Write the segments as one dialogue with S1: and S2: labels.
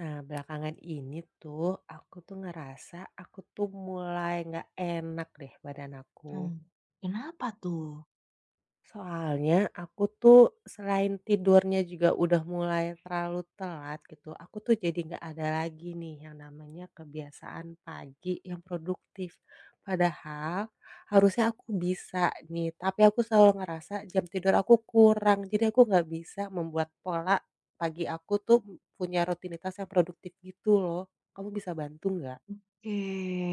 S1: Nah, belakangan ini tuh aku tuh ngerasa aku tuh mulai nggak enak deh badan aku.
S2: Mmm, Kenapa tuh?
S1: Soalnya aku tuh selain tidurnya juga udah mulai terlalu telat gitu, aku tuh jadi nggak ada lagi nih yang namanya kebiasaan pagi yang produktif. Padahal harusnya aku bisa nih, tapi aku selalu ngerasa jam tidur aku kurang, jadi aku nggak bisa membuat pola pagi aku tuh punya rutinitas yang produktif gitu loh. Kamu bisa bantu nggak?
S2: Oke,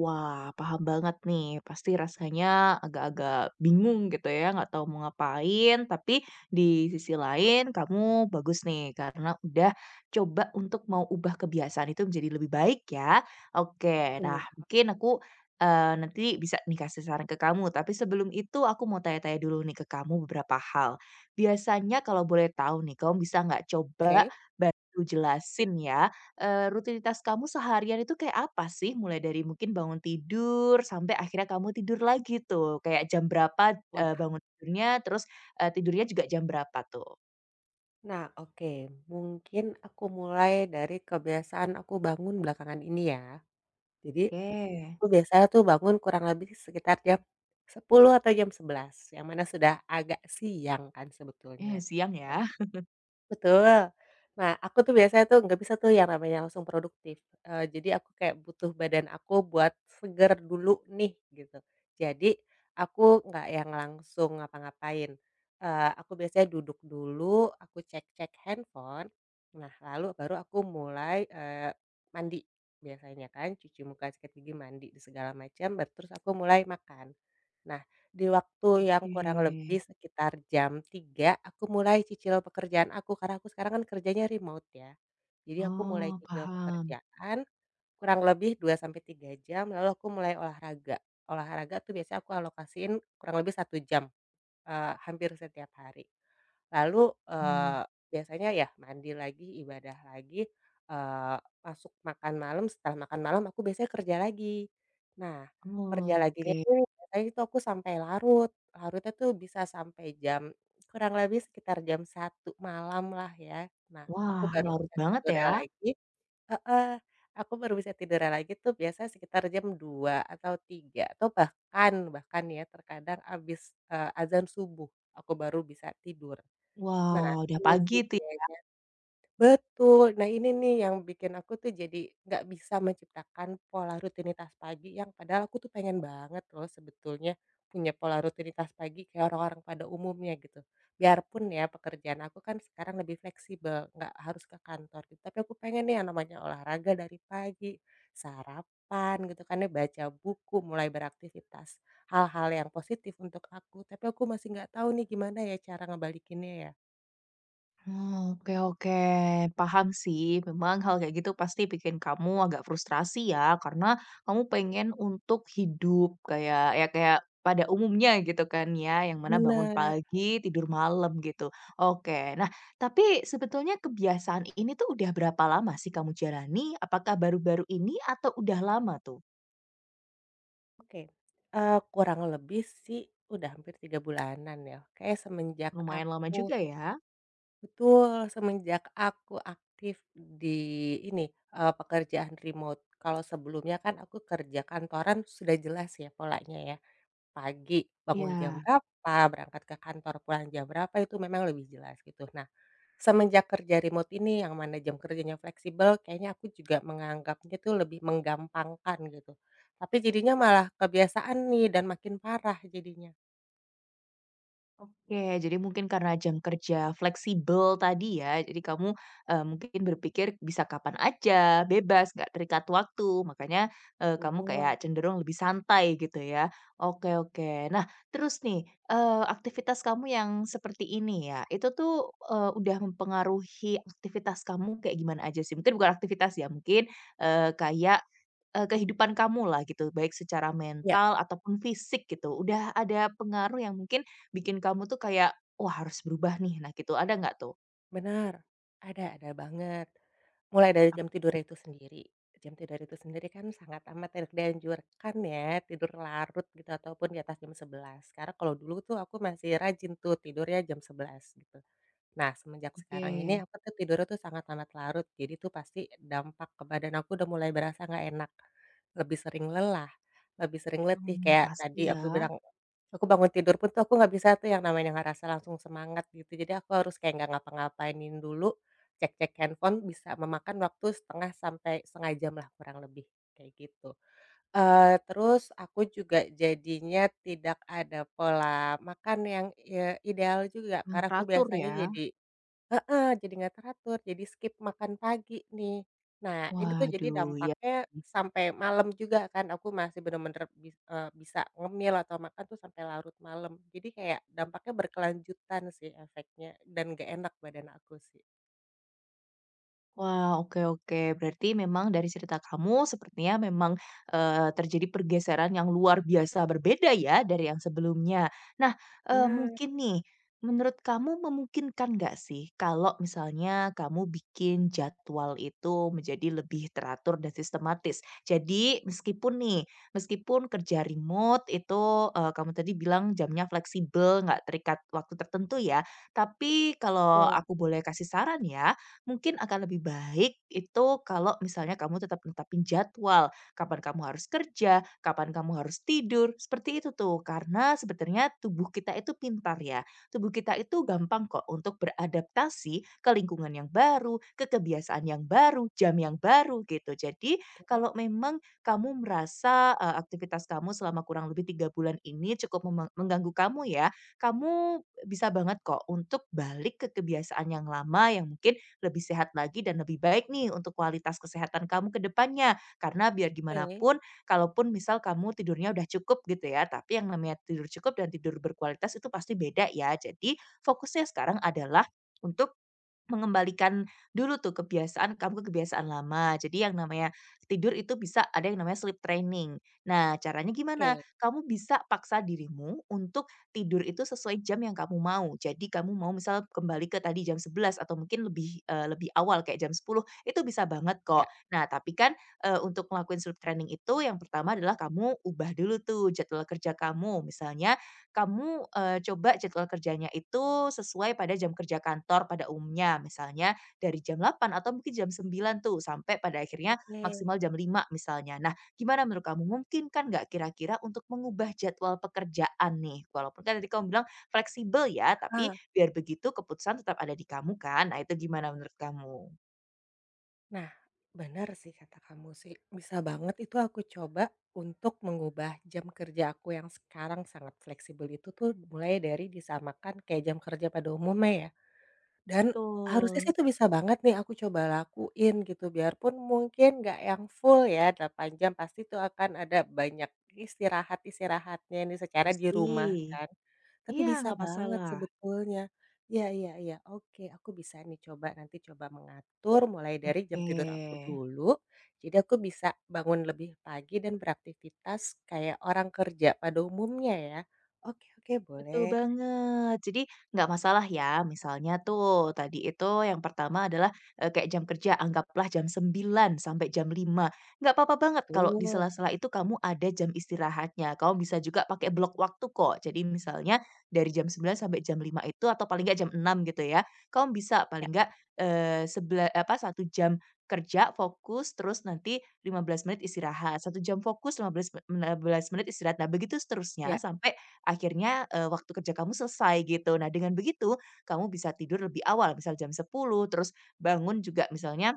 S2: wah paham banget nih, pasti rasanya agak-agak bingung gitu ya, nggak tahu mau ngapain, tapi di sisi lain kamu bagus nih karena udah coba untuk mau ubah kebiasaan itu menjadi lebih baik ya. Oke, nah
S1: Tuh.
S2: mungkin aku, nanti bisa nih kasih saran ke kamu, tapi sebelum itu aku mau tanya-tanya dulu nih ke kamu beberapa hal. Biasanya kalau boleh tahu nih, kamu bisa nggak coba
S1: Oke.
S2: bantu jelasin ya, rutinitas kamu seharian itu kayak apa sih? Mulai dari mungkin bangun tidur, sampai akhirnya kamu tidur lagi tuh. Kayak jam berapa,
S1: Wah.
S2: bangun tidurnya, terus, tidurnya juga jam berapa tuh?
S1: Nah, oke. Mungkin aku mulai dari kebiasaan aku bangun belakangan ini ya. Jadi,
S2: Oke.
S1: aku biasanya tuh bangun kurang lebih sekitar jam 10 atau jam 11, yang mana sudah agak siang kan
S2: Eh,
S1: sebetulnya.
S2: siang
S1: Nah,
S2: ya?
S1: betul. Nah, aku tuh biasanya tuh nggak bisa tuh yang namanya langsung produktif, jadi aku kayak butuh badan aku buat seger dulu nih, gitu. Jadi, aku nggak yang langsung ngapa-ngapain, aku biasanya duduk dulu, aku cek-cek handphone, nah lalu baru aku mulai, mandi biasanya kan, cuci muka, sikat gigi, mandi, segala macam, baru terus aku mulai makan. Nah di waktu yang kurang lebih
S2: Oke.
S1: sekitar jam 3, aku mulai cicil pekerjaan aku, karena aku sekarang kan kerjanya remote ya. Jadi aku mulai
S2: Oh,
S1: cicil
S2: paham.
S1: pekerjaan, kurang lebih 2 sampai 3 jam, lalu aku mulai olahraga. Olahraga tuh biasanya aku alokasiin kurang lebih 1 jam. Hampir setiap hari. Lalu,
S2: Mmm.
S1: biasanya ya mandi lagi, ibadah lagi, eee, masuk makan malam, setelah makan malam aku biasanya kerja lagi. Nah, kerja laginya
S2: Oke.
S1: ini biasanya itu aku sampai larut, larutnya tuh bisa sampai jam kurang lebih sekitar jam 1 malam lah ya. Nah, aku
S2: Wah,
S1: baru
S2: larut
S1: bisa
S2: banget ya.
S1: tidurnya lagi. Heeh, aku baru bisa tidur lagi tuh biasanya sekitar jam 2 atau 3 atau bahkan bahkan ya terkadang abis azan subuh aku baru bisa tidur.
S2: Wah,
S1: Nah
S2: udah
S1: ini
S2: pagi
S1: sih
S2: tuh.
S1: kayaknya betul. Nah, ini nih yang bikin aku tuh jadi nggak bisa menciptakan pola rutinitas pagi yang padahal aku tuh pengen banget loh sebetulnya punya pola rutinitas pagi kayak orang-orang pada umumnya gitu. Biarpun ya pekerjaan aku kan sekarang lebih fleksibel, nggak harus ke kantor gitu. Tapi aku pengen nih yang namanya olahraga dari pagi, sarapan gitu kan ya, baca buku, mulai beraktivitas. Hal-hal yang positif untuk aku, tapi aku masih nggak tahu nih gimana ya cara ngebalikinnya ya.
S2: Oh, oke oke, paham sih. Memang hal kayak gitu pasti bikin kamu agak frustrasi ya, karena kamu pengen untuk hidup kayak ya kayak pada umumnya gitu kan ya, yang mana bangun
S1: Benar.
S2: pagi, tidur malam gitu. Oke. Nah, tapi sebetulnya kebiasaan ini tuh udah berapa lama sih kamu jalani? Apakah baru-baru ini atau udah lama tuh?
S1: Oke, kurang lebih sih udah hampir 3 bulanan ya. Kayak semenjak
S2: Lumayan lama
S1: aku
S2: juga ya.
S1: betul, semenjak aku aktif di ini, pekerjaan remote. Kalau sebelumnya kan aku kerja kantoran sudah jelas ya polanya ya, pagi bangun jam
S2: Ya.
S1: berapa, berangkat ke kantor, pulang jam berapa, itu memang lebih jelas gitu. Nah, semenjak kerja remote ini yang mana jam kerjanya fleksibel, kayaknya aku juga menganggapnya tuh lebih menggampangkan gitu. Tapi jadinya malah kebiasaan nih dan makin parah jadinya.
S2: Oke, jadi mungkin karena jam kerja fleksibel tadi ya, jadi kamu, mungkin berpikir bisa kapan aja, bebas, nggak terikat waktu, makanya, kamu
S1: Tuh,
S2: kayak cenderung lebih santai gitu ya. Oke oke. Nah, terus nih, aktivitas kamu yang seperti ini ya, itu tuh, udah mempengaruhi aktivitas kamu kayak gimana aja sih? Mungkin bukan aktivitas ya, mungkin, kayak, kehidupan kamu lah gitu, baik secara
S1: ya,
S2: mental ataupun fisik gitu. Udah ada pengaruh yang mungkin bikin kamu tuh kayak, "Wah harus berubah nih." Nah gitu, ada nggak tuh?
S1: benar. Ada banget. Mulai dari jam tidur
S2: Apa
S1: itu sendiri. Jam tidur itu sendiri kan sangat amat tidak dianjurkan ya, tidur larut gitu ataupun di atas jam 11. Karena kalau dulu tuh aku masih rajin tuh tidurnya jam 11 gitu. Nah, semenjak sekarang
S2: Oke.
S1: ini aku tuh tidurnya tuh sangat amat larut, jadi tuh pasti dampak ke badan aku udah mulai berasa nggak enak. Lebih sering lelah, lebih sering letih, kayak
S2: Pasti
S1: tadi aku
S2: ya,
S1: bilang, aku bangun tidur pun tuh aku nggak bisa tuh yang namanya ngerasa langsung semangat gitu. Jadi aku harus kayak nggak ngapa-ngapainin dulu, cek-cek handphone bisa memakan waktu setengah sampai setengah jam lah kurang lebih, kayak gitu. Terus aku juga jadinya tidak ada pola makan yang, ideal juga,
S2: yang
S1: karena aku
S2: teratur
S1: biasanya
S2: ya.
S1: jadi heeh, jadi nggak teratur, jadi skip makan pagi nih. Nah, ini tuh jadi
S2: Waduh, ya.
S1: dampaknya sampai malam juga kan, aku masih bener-bener bisa ngemil atau makan tuh sampai larut malam. Jadi kayak dampaknya berkelanjutan sih efeknya dan nggak enak badan aku sih.
S2: Wah, oke oke. Berarti memang dari cerita kamu sepertinya memang, terjadi pergeseran yang luar biasa berbeda ya dari yang sebelumnya. Nah,
S1: Bener,
S2: mungkin nih, menurut kamu memungkinkan nggak sih kalau misalnya kamu bikin jadwal itu menjadi lebih teratur dan sistematis? Jadi meskipun nih, meskipun kerja remote itu, kamu tadi bilang jamnya fleksibel, nggak terikat waktu tertentu ya, tapi kalau
S1: oke.
S2: aku boleh kasih saran ya, mungkin akan lebih baik itu kalau misalnya kamu tetap netapin jadwal, kapan kamu harus kerja, kapan kamu harus tidur, seperti itu tuh. Karena sebenarnya tubuh kita itu pintar ya. Tubuh kita itu gampang kok untuk beradaptasi ke lingkungan yang baru, ke kebiasaan yang baru, jam yang baru gitu. Jadi kalau memang kamu merasa eh, aktivitas kamu selama kurang lebih tiga bulan ini cukup mengganggu kamu ya, kamu bisa banget kok untuk balik ke kebiasaan yang lama yang mungkin lebih sehat lagi dan lebih baik nih untuk kualitas kesehatan kamu ke depannya. Karena biar gimana
S1: Oke
S2: pun, kalaupun misal kamu tidurnya udah cukup gitu ya, tapi yang namanya tidur cukup dan tidur berkualitas itu pasti beda ya. Jadi fokusnya sekarang adalah untuk mengembalikan dulu tuh kebiasaan kamu ke kebiasaan lama. Jadi yang namanya tidur itu bisa ada yang namanya sleep training. Nah, caranya gimana?
S1: oke,
S2: Kamu bisa paksa dirimu untuk tidur itu sesuai jam yang kamu mau. Jadi kamu mau misal kembali ke tadi jam 11 atau mungkin lebih, lebih awal kayak jam 10 itu bisa banget kok.
S1: ya.
S2: Nah, tapi kan, untuk ngelakuin sleep training itu yang pertama adalah kamu ubah dulu tuh jadwal kerja kamu. Misalnya kamu, coba jadwal kerjanya itu sesuai pada jam kerja kantor pada umumnya. Misalnya dari jam delapan atau mungkin jam sembilan tuh, sampai pada akhirnya
S1: Oke.
S2: maksimal jam lima misalnya. Nah, gimana menurut kamu, mungkin kan nggak kira-kira untuk mengubah jadwal pekerjaan nih? Walaupun kan tadi kamu bilang fleksibel ya, tapi
S1: Heeh.
S2: biar begitu keputusan tetap ada di kamu kan. Nah, itu gimana menurut kamu?
S1: Nah, benar sih kata kamu sih, bisa banget itu aku coba untuk mengubah jam kerja aku yang sekarang sangat fleksibel itu tuh mulai dari disamakan kayak jam kerja pada umumnya ya. Dan harusnya sih
S2: Betul.
S1: itu bisa banget nih aku coba lakuin gitu, biarpun mungkin nggak yang full ya 8 jam, pasti itu akan ada banyak istirahat-istirahatnya nih secara di
S2: Pasti.
S1: rumah kan. Tapi
S2: Iya,
S1: bisa
S2: nggak
S1: banget
S2: masalah.
S1: sebetulnya. Iya iya iya, oke aku bisa nih coba nanti coba mengatur mulai dari jam
S2: Oke.
S1: tidur aku dulu, jadi aku bisa bangun lebih pagi dan beraktivitas kayak orang kerja pada umumnya ya. Oke oke
S2: Betul
S1: boleh,
S2: banget. Jadi nggak masalah ya, misalnya tuh tadi itu yang pertama adalah, kayak jam kerja anggaplah jam sembilan sampai jam lima. Nggak apa-apa banget kalau di
S1: betul.
S2: sela-sela itu kamu ada jam istirahatnya. Kamu bisa juga pakai blok waktu kok. Jadi misalnya dari jam sembilan sampai jam lima itu atau paling nggak jam enam gitu ya, kamu bisa
S1: Ya
S2: paling nggak, satu jam kerja fokus, terus nanti 15 menit istirahat, satu jam fokus, 15 15 menit istirahat. Nah begitu seterusnya
S1: ya.
S2: sampai akhirnya, waktu kerja kamu selesai gitu. Nah dengan begitu, kamu bisa tidur lebih awal misal jam sepuluh, terus bangun juga misalnya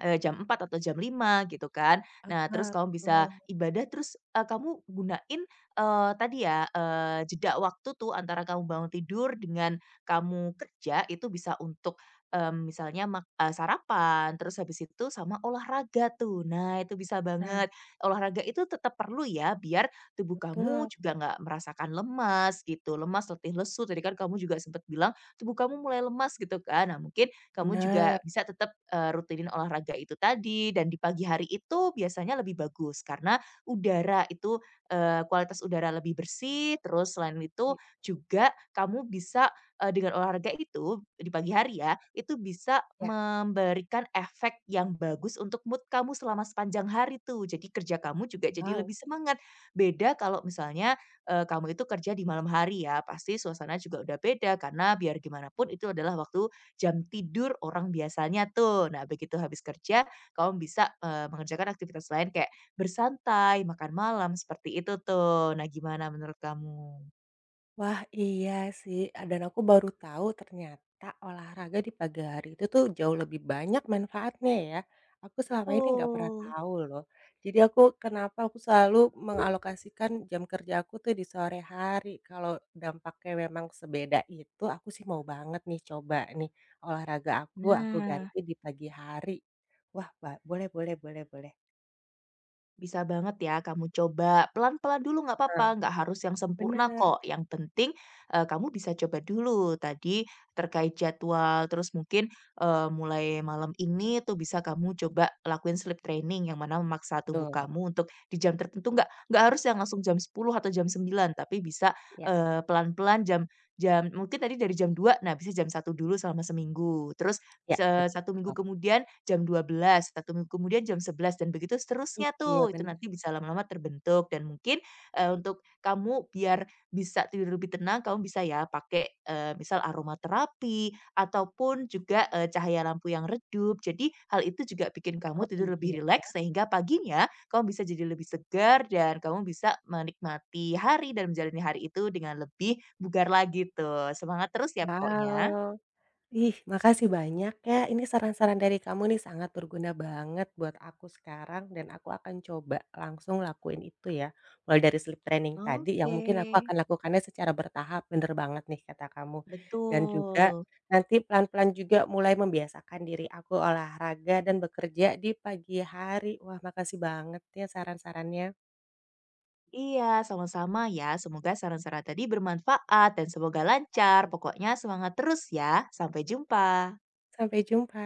S2: Jam empat atau jam lima gitu kan. Nah, terus
S1: Aha,
S2: kamu bisa
S1: betul.
S2: ibadah terus, kamu gunain, tadi ya, jeda waktu tuh antara kamu bangun tidur dengan kamu kerja itu bisa untuk, misalnya sarapan, terus habis itu sama olahraga tuh. Nah, itu bisa
S1: Nah,
S2: banget. Olahraga itu tetap perlu ya biar tubuh kamu
S1: betul,
S2: juga nggak merasakan lemas gitu, lemas, letih, lesu, tadi kan kamu juga sempet bilang tubuh kamu mulai lemas gitu kan. Nah, mungkin kamu
S1: benar.
S2: juga bisa tetap, rutinin olahraga itu tadi dan di pagi hari itu biasanya lebih bagus karena udara itu, kualitas udara lebih bersih, terus selain
S1: Di
S2: itu juga kamu bisa, dengan olahraga itu di pagi hari ya, itu bisa
S1: Ya,
S2: memberikan efek yang bagus untuk mood kamu selama sepanjang hari tuh. Jadi kerja kamu juga jadi
S1: wow.
S2: lebih semangat. Beda kalau misalnya, kamu itu kerja di malam hari ya, pasti suasana juga udah beda karena biar gimana pun itu adalah waktu jam tidur orang biasanya tuh. Nah, begitu habis kerja kamu bisa, mengerjakan aktivitas lain kayak bersantai, makan malam, seperti itu tuh. Nah, gimana menurut kamu?
S1: Wah, iya sih, ah, dan aku baru tahu ternyata olahraga di pagi hari itu tuh jauh lebih banyak manfaatnya ya. Aku selama ini nggak pernah
S2: Betul.
S1: tahu loh. Jadi aku kenapa aku selalu mengalokasikan jam kerja aku tuh di sore hari, kalau dampaknya memang sebeda itu, aku sih mau banget nih coba nih, olahraga aku
S2: Nah.
S1: ganti di pagi hari. Wah, boleh boleh boleh boleh.
S2: Bisa banget ya kamu coba pelan-pelan dulu nggak apa-apa,
S1: Heeh,
S2: nggak harus yang sempurna
S1: bener,
S2: kok. Yang penting, kamu bisa coba dulu tadi terkait jadwal, terus mungkin, mulai malam ini tuh bisa kamu coba lakuin sleep training yang mana memaksa tubuh
S1: betul.
S2: kamu untuk di jam tertentu nggak harus yang langsung jam sepuluh atau jam sembilan tapi bisa, pelan-pelan jam jam mungkin tadi dari jam dua nah bisa jam satu dulu selama seminggu. Terus
S1: Ya,
S2: se
S1: betul.
S2: 1 minggu kemudian jam 12, 1 minggu kemudian jam 11 dan begitu
S1: Ih,
S2: seterusnya
S1: iya
S2: tuh. Itu
S1: bener.
S2: nanti bisa lama-lama terbentuk dan mungkin, untuk kamu biar bisa tidur lebih tenang, kamu bisa ya pakai, misal aromaterapi ataupun juga, cahaya lampu yang redup. Jadi hal itu juga bikin kamu
S1: Oh,
S2: tidur
S1: iya
S2: lebih
S1: ya.
S2: rileks sehingga paginya kamu bisa jadi lebih segar dan kamu bisa menikmati hari dan menjalani hari itu dengan lebih bugar lagi tuh. Semangat terus ya pokoknya.
S1: Wow. Ih, makasih banyak ya. Ini saran-saran dari kamu nih sangat berguna banget buat aku sekarang dan aku akan coba langsung lakuin itu ya. Mulai dari sleep training tadi yang
S2: Oke.
S1: mungkin aku akan lakukannya secara bertahap, bener banget nih kata kamu. Dan juga
S2: Betul.
S1: nanti pelan-pelan juga mulai membiasakan diri aku olahraga dan bekerja di pagi hari. Wah, makasih banget ya saran-sarannya.
S2: Iya, sama-sama ya. Semoga saran-saran tadi bermanfaat dan semoga lancar. Pokoknya semangat terus ya. Sampai jumpa.
S1: Sampai jumpa.